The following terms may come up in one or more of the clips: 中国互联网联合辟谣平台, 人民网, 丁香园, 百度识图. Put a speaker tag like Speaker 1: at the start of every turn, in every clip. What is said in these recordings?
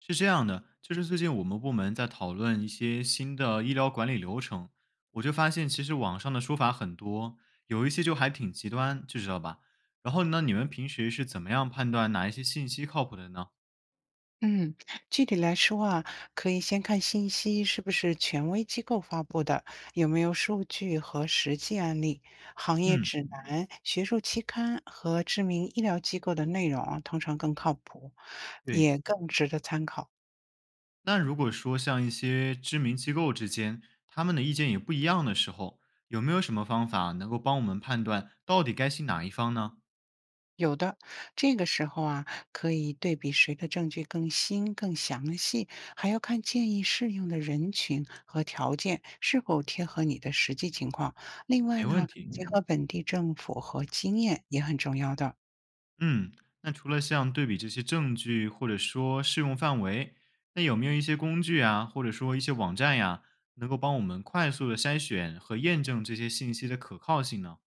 Speaker 1: 是这样的，就是最近我们部门在讨论一些新的医疗管理流程，我就发现其实网上的说法很多，有一些就还挺极端，就知道吧？然后呢，你们平时是怎么样判断哪一些信息靠谱的呢？
Speaker 2: 嗯，具体来说啊，可以先看信息是不是权威机构发布的，有没有数据和实际案例，行业
Speaker 1: 嗯，
Speaker 2: 指南、学术期刊和知名医疗机构的内容啊通常更靠谱，
Speaker 1: 对。
Speaker 2: 也更值得参考。
Speaker 1: 那如果说像一些知名机构之间，他们的意见也不一样的时候，有没有什么方法能够帮我们判断到底该信哪一方呢？
Speaker 2: 有的，这个时候啊，可以对比谁的证据更新、更详细，还要看建议适用的人群和条件是否贴合你的实际情况。另外
Speaker 1: 没问
Speaker 2: 呢，
Speaker 1: 题。
Speaker 2: 结合本地政府和经验也很重要的。
Speaker 1: 嗯，那除了像对比这些证据，或者说适用范围，那有没有一些工具啊，或者说一些网站呀，能够帮我们快速的筛选和验证这些信息的可靠性呢？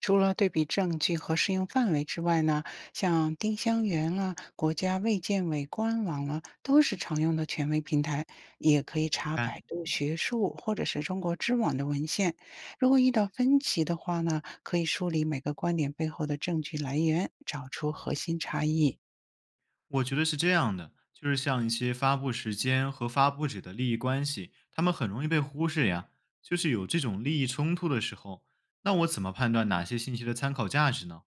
Speaker 2: 除了对比证据和适用范围之外呢，像丁香园啊、国家卫健委官网啦，都是常用的权威平台，也可以
Speaker 1: 你
Speaker 2: 查
Speaker 1: 看，
Speaker 2: 百度学术或者是中国知网的文献。如果遇到分歧的话呢，可以梳理每个观点背后的证据来源，找出核心差异。
Speaker 1: 我觉得是这样的，就是像一些发布时间和发布者的利益关系，他们很容易被忽视呀。就是有这种利益冲突的时候，那我怎么判断哪些信息的参考价值呢？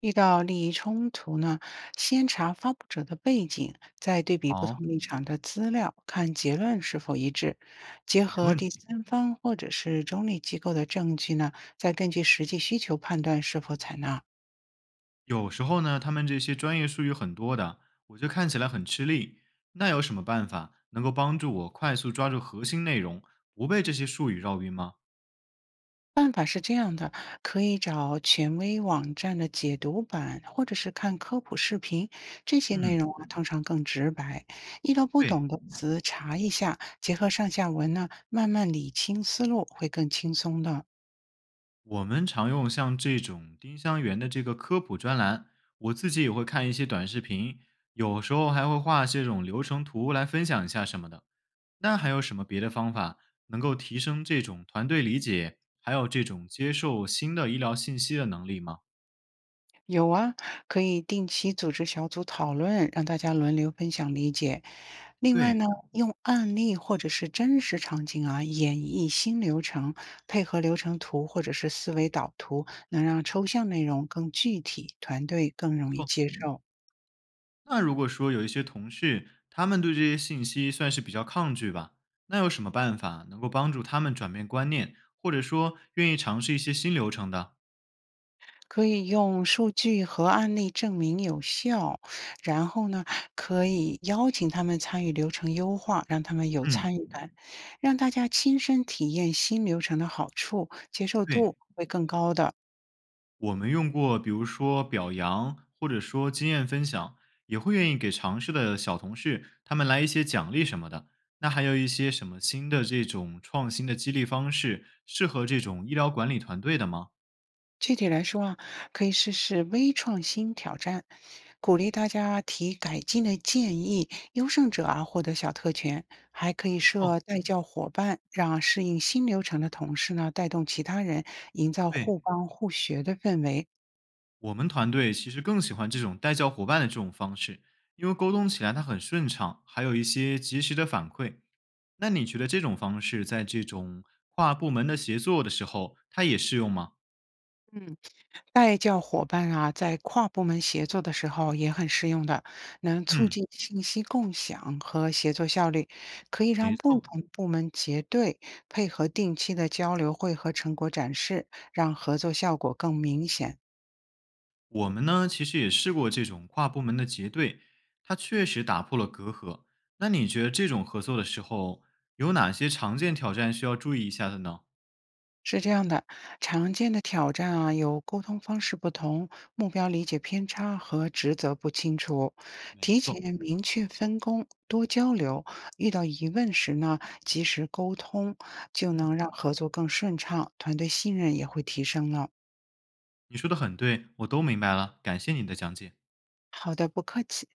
Speaker 2: 遇到利益冲突呢，先查发布者的背景，再对比不
Speaker 1: 好，
Speaker 2: 同立场的资料，看结论是否一致。结
Speaker 1: 没
Speaker 2: 合
Speaker 1: 问
Speaker 2: 第
Speaker 1: 题。
Speaker 2: 三方或者是中立机构的证据呢，再根据实际需求判断是否采纳。
Speaker 1: 有时候呢，他们这些专业术语很多的，我就看起来很吃力。那有什么办法能够帮助我快速抓住核心内容，不被这些术语绕晕吗？
Speaker 2: 办法是这样的，可以找权威网站的解读版，或者是看科普视频，这些内
Speaker 1: 嗯，
Speaker 2: 容啊通常更直白。遇到不懂
Speaker 1: 对，
Speaker 2: 的词查一下，结合上下文呢，慢慢理清思路会更轻松的。
Speaker 1: 我们常用像这种丁香园的这个科普专栏，我自己也会看一些短视频，有时候还会画这种流程图来分享一下什么的。那还有什么别的方法能够提升这种团队理解，还有这种接受新的医疗信息的能力吗？
Speaker 2: 有啊，可以定期组织小组讨论，让大家轮流分享理解。另外
Speaker 1: 对，
Speaker 2: 呢，用案例或者是真实场景啊，演绎新流程，配合流程图或者是思维导图，能让抽象内容更具体，团队更容易
Speaker 1: 错。
Speaker 2: 接受。
Speaker 1: 那如果说有一些同事，他们对这些信息算是比较抗拒吧，那有什么办法能够帮助他们转变观念，或者说愿意尝试一些新流程的？
Speaker 2: 可以用数据和案例证明有效，然后呢，可以邀请他们参与流程优化，让他们有参
Speaker 1: 嗯，
Speaker 2: 与感，让大家亲身体验新流程的好处，接受
Speaker 1: 对，
Speaker 2: 度会更高的。
Speaker 1: 我们用过，比如说表扬，或者说经验分享，也会愿意给尝试的小同事他们来一些奖励什么的。那还有一些什么新的这种创新的激励方式，适合这种医疗管理团队的吗？
Speaker 2: 具体来说啊，可以试试微创新挑战，鼓励大家提改进的建议，优胜者啊获得小特权，还可以
Speaker 1: 没错，
Speaker 2: 设带教伙伴，让适应新流程的同事呢带动其他人，营造
Speaker 1: 对，
Speaker 2: 互帮互学的氛围。
Speaker 1: 我们团队其实更喜欢这种带教伙伴的这种方式，因为沟通起来它很顺畅，还有一些及时的反馈。那你觉得这种方式在这种跨部门的协作的时候，它也适用吗？
Speaker 2: 嗯，带教伙伴啊，在跨部门协作的时候也很适用的，能促
Speaker 1: 嗯，
Speaker 2: 进信息共享和协作效率，可以
Speaker 1: 没
Speaker 2: 让不
Speaker 1: 错，
Speaker 2: 同部门结对，配合定期的交流会和成果展示，让合作效果更明显。
Speaker 1: 我们呢其实也试过这种跨部门的结对，它确实打破了隔阂。那你觉得这种合作的时候，有哪些常见挑战需要注意一下的呢？
Speaker 2: 是这样的，常见的挑战啊，有沟通方式不同、目标理解偏差和职责不清楚。
Speaker 1: 没
Speaker 2: 提
Speaker 1: 错，
Speaker 2: 前明确分工，多交流，遇到疑问时呢，及时沟通，就
Speaker 1: 嗯，
Speaker 2: 能让合作更顺畅，团队信任也会提升了。
Speaker 1: 你说的很对，我都明白了，感谢你的讲解。
Speaker 2: 好的，不客气。